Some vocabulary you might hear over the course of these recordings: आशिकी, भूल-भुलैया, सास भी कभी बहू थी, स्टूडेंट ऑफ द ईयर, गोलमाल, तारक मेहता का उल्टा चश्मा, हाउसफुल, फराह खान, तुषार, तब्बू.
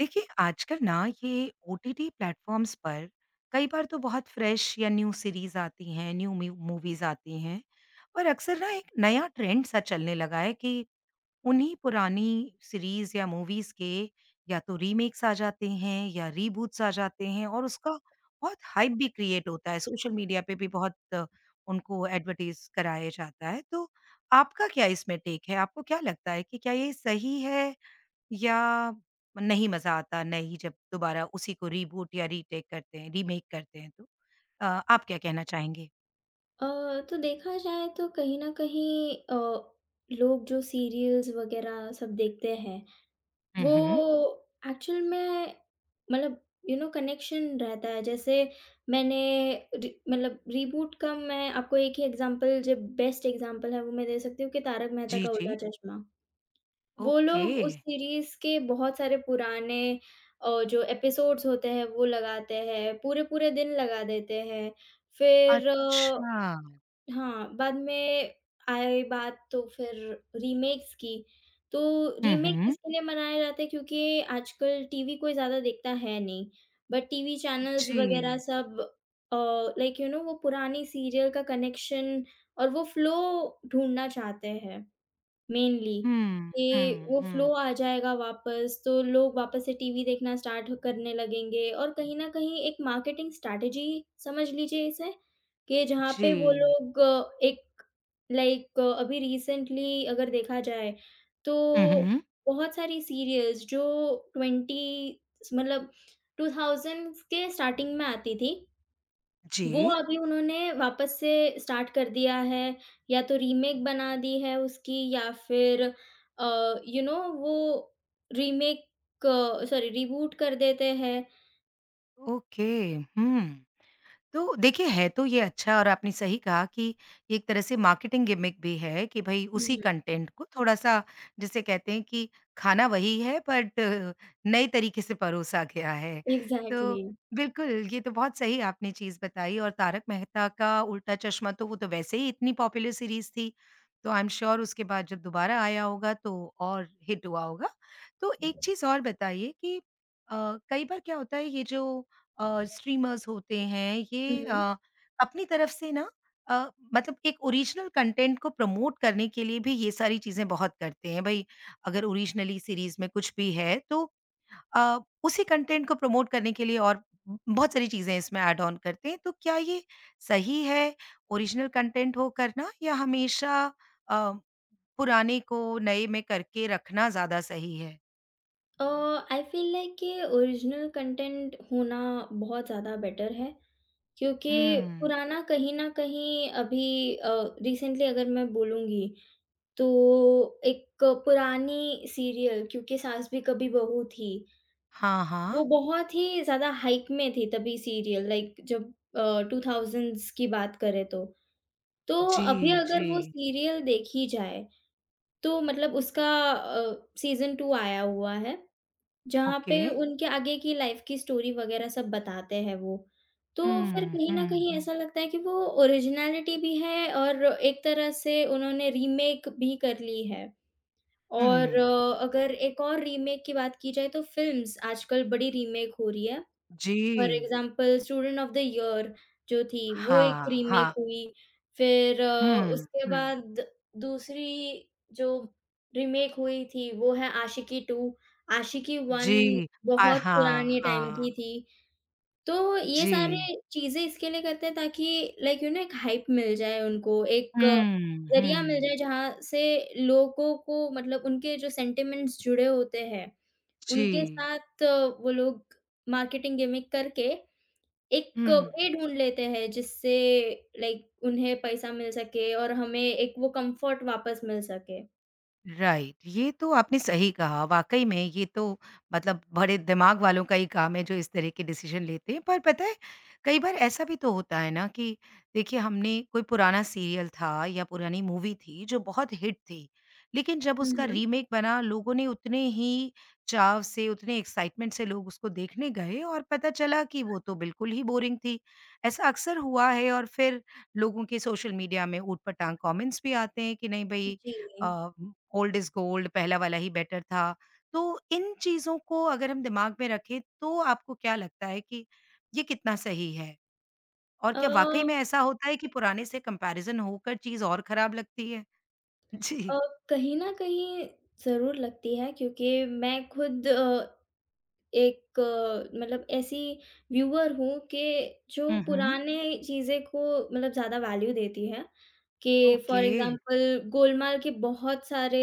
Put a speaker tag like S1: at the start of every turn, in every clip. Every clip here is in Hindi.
S1: देखिए, आजकल ना ये ओटीटी प्लेटफ़ॉर्म्स पर कई बार तो बहुत फ्रेश या न्यू सीरीज़ आती हैं, न्यू म्यू मूवीज़ आती हैं। और अक्सर ना एक नया ट्रेंड सा चलने लगा है कि उन्हीं पुरानी सीरीज़ या मूवीज़ के या तो रीमेक्स आ जाते हैं या रीबूट्स आ जाते हैं और उसका बहुत हाइप भी क्रिएट होता है। सोशल मीडिया पे भी बहुत उनको एडवर्टाइज़ कराया जाता है। तो आपका क्या इसमें टेक है? आपको क्या लगता है कि क्या ये सही है या नहीं मज़ा आता, नहीं जब दोबारा उसी को रीबूट या रीटेक करते हैं, रीमेक करते हैं तो? अ, आप क्या कहना चाहेंगे?
S2: अ, तो देखा जाए तो कहीं न कहीं लोग जो सीरियल्स वग़ैरह सब देखते हैं,
S1: हुँ,
S2: वो
S1: हुँ।
S2: एक्चुअल में मतलब कनेक्शन रहता है। जैसे मैंने रि मतलब रीबूट का मैं आपको एक ही एग्ज़ाम्पल जो बेस्ट एग्ज़ाम्पल है वो मैं दे सकती हूँ कि तारक मेहता
S1: जी,
S2: का उल्टा
S1: जी।
S2: चश्मा। वो
S1: ओके।
S2: लोग उस सीरीज़ के बहुत सारे पुराने जो एपिसोड्स होते हैं वो लगाते हैं, पूरे-पूरे दिन लगा देते हैं। फिर
S1: अच्छा।
S2: हाँ, बाद में आए बात तो फिर रीमेक्स की, तो
S1: हुँ,
S2: रीमेक्स
S1: हुँ।
S2: इसके लिए मनाए जाते हैं क्योंकि आजकल टीवी कोई ज़्यादा देखता है नहीं, बट टीवी चैनल्स
S1: जी।
S2: वगैरह सब अ, वो पुरानी सीरियल का कनेक्शन और वो फ्लो ढूँढना चाहते हैं। मेनली
S1: हुँ,
S2: कि
S1: हुँ,
S2: वो फ्लो
S1: हुँ।
S2: आ जाएगा वापस, तो लोग वापस से टीवी देखना स्टार्ट करने लगेंगे और कहीं न कहीं एक मार्केटिंग स्ट्रैटेजी समझ लीजिए इसे, कि जहाँ पे वो
S1: जी।
S2: लोग अ, एक लाइक अभी रिसेंटली अगर देखा जाए,
S1: हुँ,
S2: तो
S1: हुँ।
S2: बहुत सारी सीरीज़ जो 20 मतलब 2000s के स्टार्टिंग में आती थी
S1: जी।
S2: वो अभी उन्होंने वापस से स्टार्ट कर दिया है, या तो रीमेक बना दी है उसकी या फिर वो रीमेक सॉरी रिबूट कर देते हैं।
S1: ओके, हुँ। तो देखिए, है तो ये अच्छा और आपने सही कहा कि ये एक तरह से मार्केटिंग गिमिक भी है कि भई
S2: हुँ,
S1: उसी
S2: हुँ।
S1: कंटेंट को थोड़ा-सा जिसे कहते हैं कि खाना वही है बट नए तरीके से परोसा गया है। तो
S2: एग्ज़ैक्टली।
S1: बिल्कुल, ये तो बहुत सही आपने चीज़ बताई और तारक मेहता का उल्टा चश्मा तो वो तो वैसे ही इतनी पॉपुलर सीरीज़ थी, तो आई एम श्योर उसके बाद जब दोबारा आया होगा तो और हिट हुआ होगा। तो एक चीज़ और बताइए कि अ, कई बार क्या होता है ये जो स्ट्रीमर्स होते हैं
S2: हुँ,
S1: ये
S2: हुँ।
S1: अपनी तरफ से ना अ, मतलब एक ओरिजिनल कंटेंट को प्रमोट करने के लिए भी ये सारी चीज़ें बहुत करते हैं। भई अगर ओरिजिनली सीरीज़ में कुछ भी है तो अ, उसी कंटेंट को प्रमोट करने के लिए और ब बहुत सारी चीज़ें इसमें ऐड ऑन करते हैं। तो क्या ये सही है ओरिजिनल कंटेंट हो करना या हमेशा अ, पुराने को नए में करके रखना ज़्यादा सही है?
S2: अ, आई फ़ील लाइक कि ओरिजिनल कंटेंट होना बहुत ज़्यादा बेटर है, क्योंकि
S1: हुँ।
S2: पुराना कहीं न कहीं अभी रिसेंटली अगर मैं बोलूँगी, तो एक पुरानी सीरियल क्योंकि सास भी कभी बहू थी।
S1: हाँ, हाँ।
S2: वो बहुत ही ज़्यादा हाइप में थी तभी सीरियल लाइक जब 2000s की बात करें तो। तो
S1: जी,
S2: अभी अगर
S1: जी।
S2: वो सीरियल देखी जाए तो मतलब उसका सीज़न 2 आया हुआ है, जहाँ
S1: ओके।
S2: पे उनके आगे की लाइफ़ की स्टोरी वग़ैरह सब बताते हैं वो। तो फिर
S1: हुँ,
S2: कहीं न
S1: हुँ,
S2: कहीं
S1: हुँ,
S2: ऐसा लगता है कि वो ओरिजिनैलिटी भी है और एक तरह से उन्होंने रीमेक भी कर ली है।
S1: हुँ।
S2: और अगर एक और रीमेक की बात की जाए तो फ़िल्म्स आजकल बड़ी रीमेक हो रही है।
S1: जी।
S2: For example स्टूडेंट ऑफ द ईयर जो थी, वो एक
S1: हाँ,
S2: रीमेक
S1: हाँ।
S2: हुई। फिर
S1: हुँ,
S2: उसके
S1: हुँ।
S2: बाद दूसरी जो रीमेक हुई थी, वो है आशिकी 2। आशिकी
S1: जी।
S2: 1
S1: अ,
S2: बहुत
S1: हाँ,
S2: पुराने टाइम
S1: हाँ।
S2: की थी। तो ये
S1: जी।
S2: सारे चीज़ें इसके लिए करते हैं ताकि एक हाइप मिल जाए उनको, एक
S1: हुँ,
S2: ज़रिया मिल
S1: हुँ।
S2: जाए जहाँ से लोगों को मतलब उनके जो सेंटिमेंट्स जुड़े होते हैं,
S1: जी।
S2: उनके साथ वो लोग मार्केटिंग गिमिक करके एक वे
S1: हुँ।
S2: ढूँढ लेते हैं जिससे लाइक उन्हें पैसा मिल सके और हमें एक वो कम्फ़र्ट वापस मिल सके।
S1: राइट, ये तो आपने सही कहा, वाक़ई में ये तो मतलब बड़े दिमाग वालों का ही काम है जो इस तरह के डिसीज़न लेते हैं। पर पता है, कई बार ऐसा भी तो होता है ना कि देखिए हमने कोई पुराना सीरियल था या पुरानी मूवी थी जो बहुत हिट थी, लेकिन जब
S2: हुँ,
S1: उसका
S2: हुँ।
S1: रीमेक बना लोगों ने उतने ही चाव से, उतने एक्साइटमेंट से लोग उसको देखने गए और पता चला कि वो तो बिल्कुल ही बोरिंग थी। ऐसा अक्सर हुआ है और फिर लोगों के सोशल मीडिया में ऊट-पटांग कमेंट्स भी आते हैं कि नहीं भई
S2: जी।
S1: ओल्ड इज गोल्ड पहला वाला ही बेटर था। तो इन चीज़ों को अगर हम दिमाग में रखें तो आपको क्या लगता है कि ये कितना सही है? और
S2: अ
S1: क्या वाक़ई में ऐसा होता है कि पुराने से कंपैरिज़न होकर चीज़ और खराब लगती है?
S2: अ,
S1: जी।
S2: कहीं न कहीं ज़रूर लगती है क्योंकि मैं खुद एक मतलब ऐसी व्यूअर हूँ कि जो
S1: हुँ, हुँ।
S2: पुराने चीज़ें को मतलब ज़्यादा वैल्यू देती है, कि
S1: ओके।
S2: फॉर एग्ज़ाम्पल गोलमाल के बहुत सारे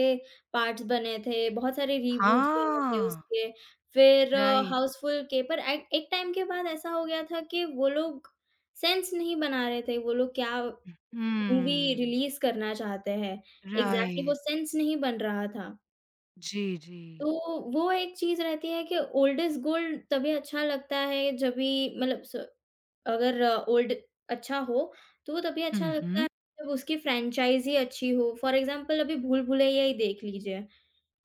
S2: पार्ट्स बने थे, बहुत सारे रीबूट्स बने थे
S1: हाँ,
S2: उसके, फिर
S1: राइट।
S2: हाउसफुल के पर एक एक टाइम के बाद ऐसा हो गया था कि वो लोग सेंस नहीं बना रहे थे, वो लोग क्या मूवी
S1: हुँ।
S2: रिलीज़ करना चाहते हैं, एग्ज़ैक्टली वो
S1: राइट।
S2: सेंस नहीं बन रहा था।
S1: जी, जी।
S2: तो वो एक चीज़ रहती है कि ओल्ड इज़ गोल्ड तभी अच्छा लगता है जब भी मतलब स अगर ओल्ड अच्छा हो, तो वो तभी अच्छा
S1: हुँ,
S2: लगता
S1: हुँ।
S2: है जब उसकी फ्रैंचाइज़ी अच्छी हो। फॉर एग्ज़ाम्पल अभी भूल-भुलैया ही देख लीजिए,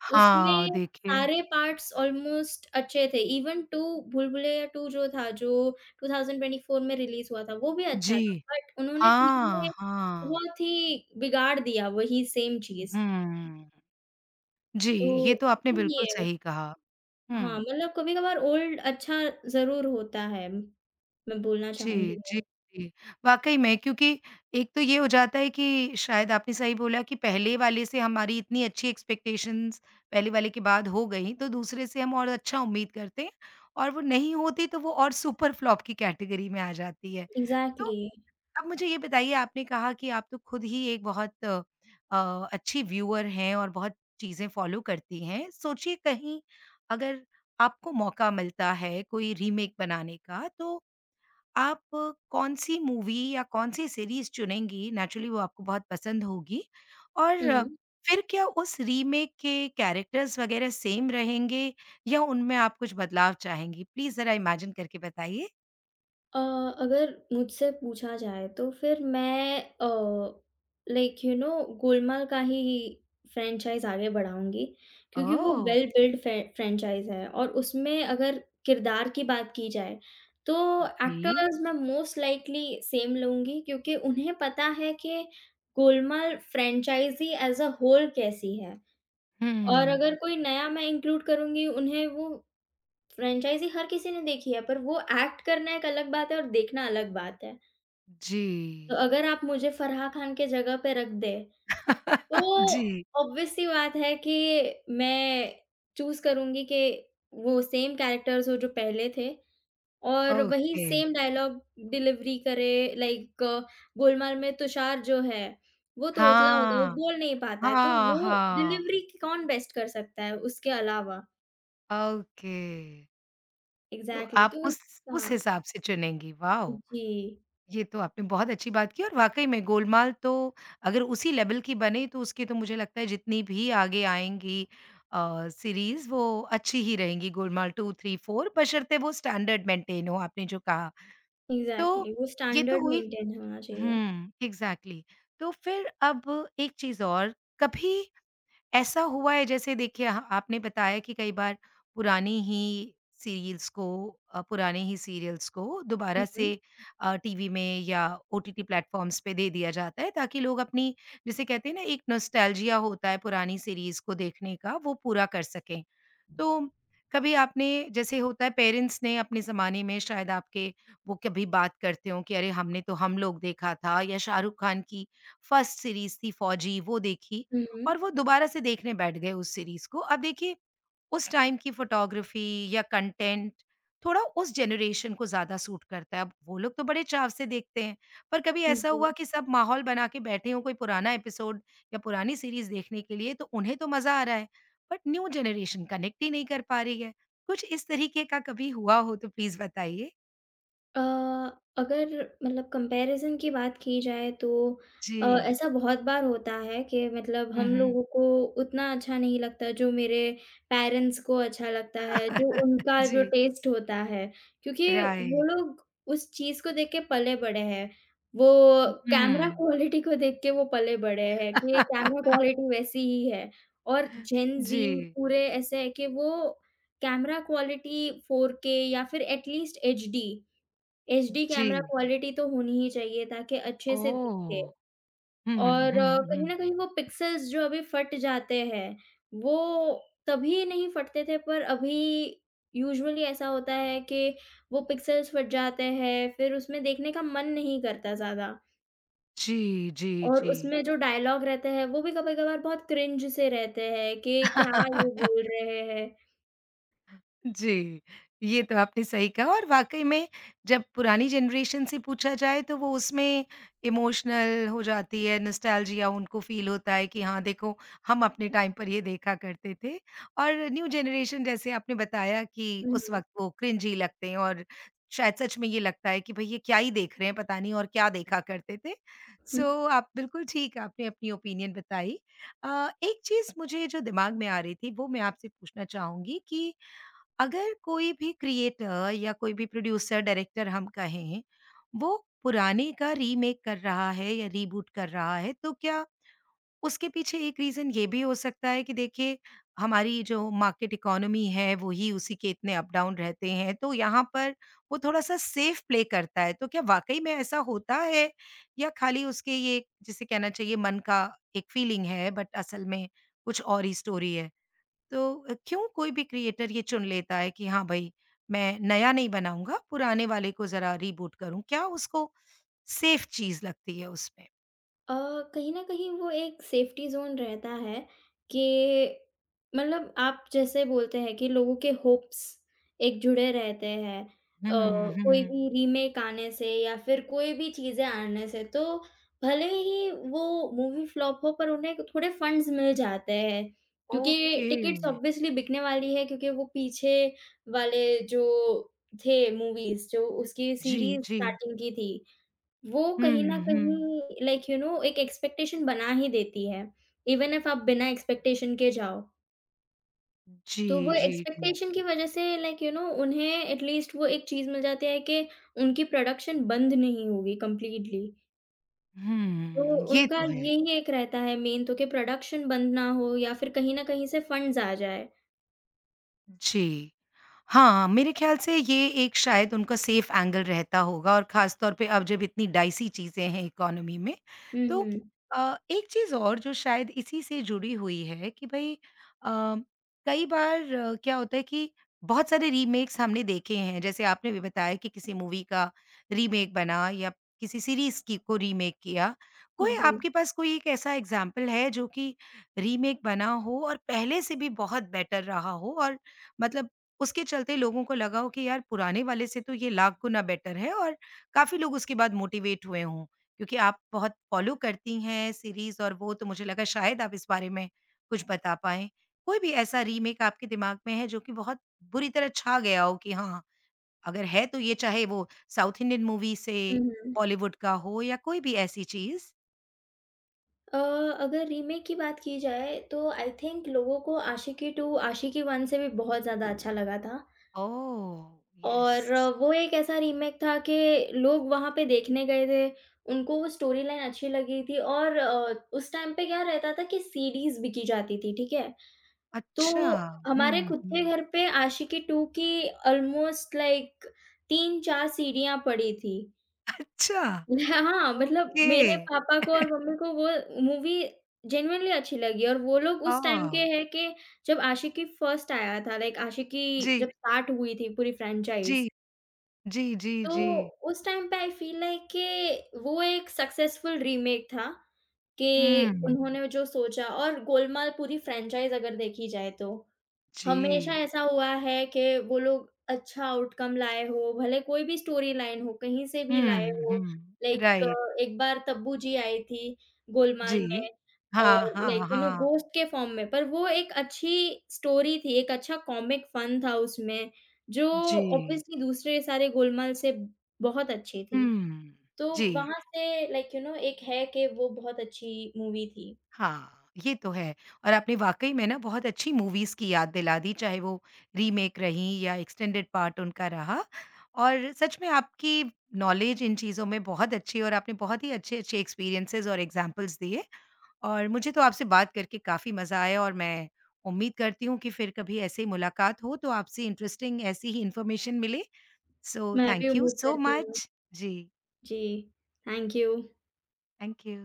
S1: हाँ,
S2: उसमें
S1: देखिए
S2: सारे पार्ट्स ऑलमोस्ट अच्छे थे। इवन 2 भूल-भुलैया 2 जो था जो 2024 में रिलीज़ हुआ था, वो भी अच्छा
S1: जी।
S2: था। बट उन्होंने 3 में
S1: हाँ, हाँ।
S2: बहुत ही बिगाड़ दिया वही सेम चीज़,
S1: हुँ। जी,
S2: तो
S1: ये तो आपने बिल्कुल
S2: इसीलिए
S1: सही कहा।
S2: हाँ,
S1: हुँ।
S2: मतलब कभी-कभार ओल्ड अच्छा ज़रूर होता है, मैं बोलना चाहूँगी
S1: जी, जी,
S2: वो।
S1: जी। वाक़ई में क्योंकि एक तो ये हो जाता है कि शायद आपने सही बोला कि पहले वाले से हमारी इतनी अच्छी एक्सपेक्टेशंस पहले वाले के बाद हो गई, तो दूसरे से हम और अच्छा उम्मीद करते हैं और वो नहीं होती तो वो और सुपर फ्लॉप की कैटेगरी में आ जाती है। तो
S2: एग्ज़ैक्टली।
S1: अब मुझे ये बताइए आपने कहा कि आप तो खुद ही एक बहुत अच्छी व्यूअर हैं और बहुत चीज़ें फ़ॉलो करती हैं। सोचिए कहीं अगर आपको मौका मिलता है कोई रीमेक बनाने का तो आप कौन-सी मूवी या कौन-सी सीरीज़ चुनेंगी, नेचुरली वो आपको बहुत पसंद होगी? और
S2: हुँ।
S1: फिर क्या उस रीमेक के कैरेक्टर्स वगैरह सेम रहेंगे या उनमें आप कुछ बदलाव चाहेंगी? प्लीज़ ज़रा इमेजिन करके बताइए।
S2: अ, अगर मुझसे पूछा जाए तो फिर मैं लाइक यू नो गोलमाल का ही फ्रैंचाइज़ आगे बढ़ाऊँगी क्योंकि वो
S1: ओह!
S2: वेल बिल्ड फ्रैंचाइज़ है और उसमें अगर किरदार की बात की जाए, तो
S1: जी।
S2: एक्टर्स मैं मोस्ट लाइकली सेम लूँगी क्योंकि उन्हें पता है कि गोलमाल franchise as a whole कैसी है। और अगर
S1: हुँ।
S2: कोई नया मैं इंक्लूड करूँगी, उन्हें वो फ्रैंचाइज़ी हर किसी ने देखी है, पर वो एक्ट करना एक अलग बात है और देखना अलग बात है। तो
S1: जी।
S2: अगर आप मुझे फ़राह खान के जगह पे रख दें, तो
S1: जी,
S2: ऑब्वियस सी बात है कि मैं चूज़ करूँगी कि वो सेम कैरेक्टर्स हो जो पहले थे और वही
S1: ओके।
S2: सेम डायलॉग डिलीवरी करे। लाइक गोलमाल में तुषार जो है, वो तोतला होता है, वो
S1: हाँ।
S2: बोल नहीं पाता है, तो
S1: हाँ,
S2: वो
S1: हाँ।
S2: डिलीवरी कौन बेस्ट कर सकता है उसके अलावा?
S1: ओके। तो
S2: एग्ज़ैक्टली
S1: आप
S2: तो उस
S1: उस
S2: हाँ,
S1: हिसाब से चुनेंगी, वाओ!
S2: जी,
S1: ये तो आपने बहुत अच्छी बात की और वाक़ई में गोलमाल तो अगर उसी लेवल की बने तो उसकी तो मुझे लगता है जितनी भी आगे आएँगी सीरीज़ वो अच्छी ही रहेंगी गोलमाल 2, 3, 4 बशर्ते वो स्टैंडर्ड मेंटेन हो आपने जो कहा। तो
S2: एग्ज़ैक्टली वो
S1: ये तो
S2: स्टैंडर्ड
S1: हुई
S2: मेंटेन होना चाहिए।
S1: हुँ, एग्ज़ैक्टली। तो फिर अब एक चीज़ और, कभी ऐसा हुआ है जैसे देखिए ह आपने बताया कि कई बार पुरानी ही सीरियल्स को पुराने ही सीरियल्स को दोबारा
S2: हुँ,
S1: से
S2: हुँ।
S1: टीवी में या ओटीटी प्लेटफ़ॉर्म्स पे दे दिया जाता है ताकि लोग अपनी जिसे कहते हैं ना एक नॉस्टैल्जिया होता है पुरानी सीरीज़ को देखने का, वो पूरा कर सकें। तो कभी आपने जैसे होता है पेरेंट्स ने अपने ज़माने में शायद आपके वो कभी बात करते हों कि अरे हमने तो हम लोग देखा था या शाहरुख खान की फर्स्ट सीरीज़ थी फौजी वो देखी
S2: हुँ,
S1: और वो दोबारा से देखने बैठ गए उस सीरीज़ को। अब देखिए उस टाइम की फ़ोटोग्राफ़ी या कंटेंट थोड़ा उस जनरेशन को ज़्यादा सूट करता है। अब वो लोग तो बड़े चाव से देखते हैं, पर कभी
S2: हुँ।
S1: ऐसा
S2: जी।
S1: हुआ कि सब माहौल बना के बैठे हों कोई पुराना एपिसोड या पुरानी सीरीज़ देखने के लिए, तो उन्हें तो मज़ा आ रहा है, बट न्यू जनरेशन कनेक्ट ही नहीं कर पा रही है। कुछ इस तरीके का कभी हुआ हो तो प्लीज़ बताइए?
S2: अ, अगर मतलब कंपैरिज़न की बात की जाए तो
S1: जी।
S2: ऐसा बहुत बार होता है कि मतलब
S1: हुँ,
S2: हम
S1: हुँ।
S2: लोगों को उतना अच्छा नहीं लगता जो मेरे पेरेंट्स को अच्छा लगता है, जो उनका
S1: जी,
S2: जो टेस्ट होता है, क्योंकि वो
S1: राइट।
S2: लोग उस चीज़ को देख के पले-बड़े हैं। वो
S1: हुँ।
S2: कैमरा क्वालिटी को देख के वो पले-बड़े हैं कि कैमरा क्वालिटी वैसी ही है और जेन ज़ी
S1: जी,
S2: पूरे ऐसे है कि वो कैमरा क्वालिटी 4K या फिर एट लीस्ट एचडी एचडी
S1: जी।
S2: कैमरा क्वालिटी तो होनी ही चाहिए ताकि अच्छे से दिखे
S1: ओह! हुँ, हुँ,
S2: और
S1: हुँ,
S2: कहीं
S1: हुँ।
S2: न कहीं वो पिक्सेल्स जो अभी फट जाते हैं, वो तभी नहीं फटते थे पर अभी यूजुअली ऐसा होता है कि वो पिक्सेल्स फट जाते हैं, फिर उसमें देखने का मन नहीं करता ज़्यादा
S1: जी, जी,
S2: और
S1: जी।
S2: उसमें जो डायलॉग रहते हैं, वो भी कभी-कभार बहुत क्रिंज से रहते हैं कि क्या ये बोल रहे हैं।
S1: जी, ये तो आपने सही कहा और वाक़ई में जब पुरानी जनरेशन से पूछा जाए तो वो उसमें इमोशनल हो जाती है, नॉस्टैल्जिया उनको फ़ील होता है कि हाँ, देखो हम अपने टाइम पर ये देखा करते थे और न्यू जनरेशन जैसे आपने बताया कि
S2: हुँ,
S1: उस
S2: हुँ।
S1: वक़्त वो क्रिंजी लगते हैं और शायद सच में ये लगता है कि भई ये क्या ही देख रहे हैं पता नहीं और क्या देखा करते थे। सो आप बिल्कुल ठीक आपने अपनी ओपिनियन बताई। एक चीज़ मुझे जो दिमाग में आ रही थी वो मैं आपसे पूछना चाहूँगी कि अगर कोई भी क्रिएटर या कोई भी प्रोड्यूसर, डायरेक्टर हम कहें, वो पुराने का रीमेक कर रहा है या रीबूट कर रहा है, तो क्या उसके पीछे एक रीज़न ये भी हो सकता है कि देखिए, हमारी जो मार्केट इकोनॉमी है, वही उसी के इतने अप-डाउन रहते हैं, तो यहाँ पर वो थोड़ा-सा सेफ प्ले करता है। तो क्या वाक़ई में ऐसा होता है या खाली उसके ये जिसे कहना चाहिए मन का एक फीलिंग है, बट असल में कुछ और ही स्टोरी है? तो क्यों कोई भी क्रिएटर ये चुन लेता है कि हाँ भाई, मैं नया नहीं बनाऊँगा, पुराने वाले को ज़रा रीबूट करूँ? क्या उसको सेफ चीज़ लगती है उसमें?
S2: अ, कहीं न कहीं वो एक सेफ़्टी ज़ोन रहता है कि मतलब आप जैसे बोलते हैं कि लोगों के होप्स एक जुड़े रहते हैं
S1: हुँ,
S2: कोई
S1: हुँ।
S2: भी रीमेक आने से या फिर कोई भी चीज़ें आने से। तो भले ही वो मूवी फ्लॉप हो पर उन्हें थोड़े फंड्स मिल जाते हैं क्योंकि
S1: ओके।
S2: टिकट्स ऑब्वियसली बिकने वाली है क्योंकि वो पीछे वाले जो थे मूवीज़ जो उसकी
S1: जी,
S2: सीरीज़
S1: जी।
S2: स्टार्टिंग की थी। वो कहीं न
S1: हुँ, हुँ।
S2: कहीं एक एक्सपेक्टेशन बना ही देती है, इवन इफ आप बिना एक्सपेक्टेशन के जाओ।
S1: जी,
S2: तो वो
S1: जी, जी।
S2: एक्सपेक्टेशन की वजह से उन्हें एट लीस्ट वो एक चीज़ मिल जाती है कि उनकी प्रोडक्शन बंद नहीं होगी कंप्लीटली। तो
S1: हुँ, ये
S2: उनका
S1: तो है।
S2: यही एक रहता है मेन तो कि प्रोडक्शन बंद ना हो या फिर कहीं न कहीं से फंड्स आ जाए।
S1: जी। हाँ, मेरे ख़्याल से ये एक शायद उनका सेफ़ एंगल रहता होगा और ख़ास तौर पे अब जब इतनी डाइसी चीज़ें हैं इकोनॉमी में।
S2: हुँ,
S1: तो
S2: हुँ।
S1: एक चीज़ और जो शायद इसी से जुड़ी हुई है कि भई कई बार क्या होता है कि बहुत सारे रीमेक्स हमने देखे हैं, जैसे आपने भी बताया कि किसी मूवी का रीमेक बना या किसी सीरीज़ की को रीमेक किया। कोई
S2: जी।
S1: आपके पास कोई एक ऐसा एग्ज़ाम्पल है जो कि रीमेक बना हो और पहले से भी बहुत बेटर रहा हो और मतलब उसके चलते लोगों को लगा हो कि यार पुराने वाले से तो ये लाख गुना बेटर है और काफ़ी लोग उसके बाद मोटिवेट हुए हों। क्योंकि आप बहुत फ़ॉलो करती हैं सीरीज़ और वो तो मुझे लगा शायद आप इस बारे में कुछ बता पाएँ। कोई भी ऐसा रीमेक आपके दिमाग में है जो कि बहुत बुरी तरह छा गया हो कि हाँ, अगर है तो ये चाहे वो साउथ इंडियन मूवी
S2: हुँ,
S1: से,
S2: हुँ।
S1: बॉलीवुड का हो या कोई भी ऐसी चीज़?
S2: अ, अगर रीमेक की बात की जाए तो आई थिंक लोगों को आशिकी टू, आशिकी वन से भी बहुत ज़्यादा अच्छा लगा था।
S1: ओह!
S2: और
S1: यस।
S2: वो एक ऐसा रीमेक था कि लोग वहाँ पे देखने गए थे, उनको वो स्टोरी लाइन अच्छी लगी थी और उस टाइम पे क्या रहता था कि सीडीज़ बिकी जाती थी, ठीक है?
S1: अच्छा।
S2: तो हमारे
S1: हुँ,
S2: खुद के
S1: हुँ।
S2: घर पे आशिकी 2 की ऑलमोस्ट लाइक 3-4 सीडीयाँ पड़ी थी।
S1: अच्छा!
S2: हाँ, मतलब
S1: ओके।
S2: मेरे पापा को और मम्मी को वो मूवी जेनुइनली अच्छी लगी और वो लोग उस टाइम
S1: ओह!
S2: के हैं कि जब आशिकी फर्स्ट आया था, लाइक आशिकी जब
S1: जी,
S2: स्टार्ट हुई थी पूरी
S1: जी,
S2: फ्रैंचाइज़।
S1: जी, जी, जी।
S2: तो उस टाइम पे आई फ़ील लाइक कि वो एक सक्सेसफुल रीमेक था, कि
S1: हुँ,
S2: उन्होंने जो सोचा और गोलमाल पूरी फ्रैंचाइज़ अगर देखी जाए तो। हमेशा
S1: जी।
S2: ऐसा हुआ है कि वो लोग अच्छा आउटकम लाए हो, भले कोई भी स्टोरी लाइन हो, कहीं से भी लाए
S1: हुँ,
S2: हो।
S1: हुँ, राइट,
S2: लाइक एक बार तब्बू जी आई थी गोलमाल
S1: जी।
S2: में और
S1: हाँ, हाँ, हाँ,
S2: घोस्ट के फॉर्म में, पर वो एक अच्छी स्टोरी थी, एक अच्छा कॉमिक फन था उसमें, जो
S1: जी।
S2: ऑब्वियसली दूसरे सारे गोलमाल से बहुत अच्छी थी।
S1: हुँ,
S2: तो
S1: जी,
S2: वहाँ से एक है कि वो बहुत अच्छी मूवी थी।
S1: हाँ, ये तो है और आपने वाक़ई में ना बहुत अच्छी मूवीज़ की याद दिला दी, चाहे वो रीमेक रहीं या एक्सटेंडेड पार्ट उनका रहा और सच में आपकी नॉलेज इन चीज़ों में बहुत अच्छी और आपने बहुत ही अच्छे-अच्छे एक्सपीरियंसेज़ और एग्ज़ाम्पल्स दिए और मुझे तो आपसे बात करके काफ़ी मज़ा आया और मैं उम्मीद करती हूँ कि फिर कभी ऐसे ही मुलाकात हो तो आपसे इंटरेस्टिंग ऐसी ही इन्फॉर्मेशन मिले। सो
S2: मैं भी
S1: थैंक यू
S2: उम्मीद
S1: सो
S2: करती हूँ।
S1: मच। जी,
S2: जी, थैंक यू।
S1: Thank you.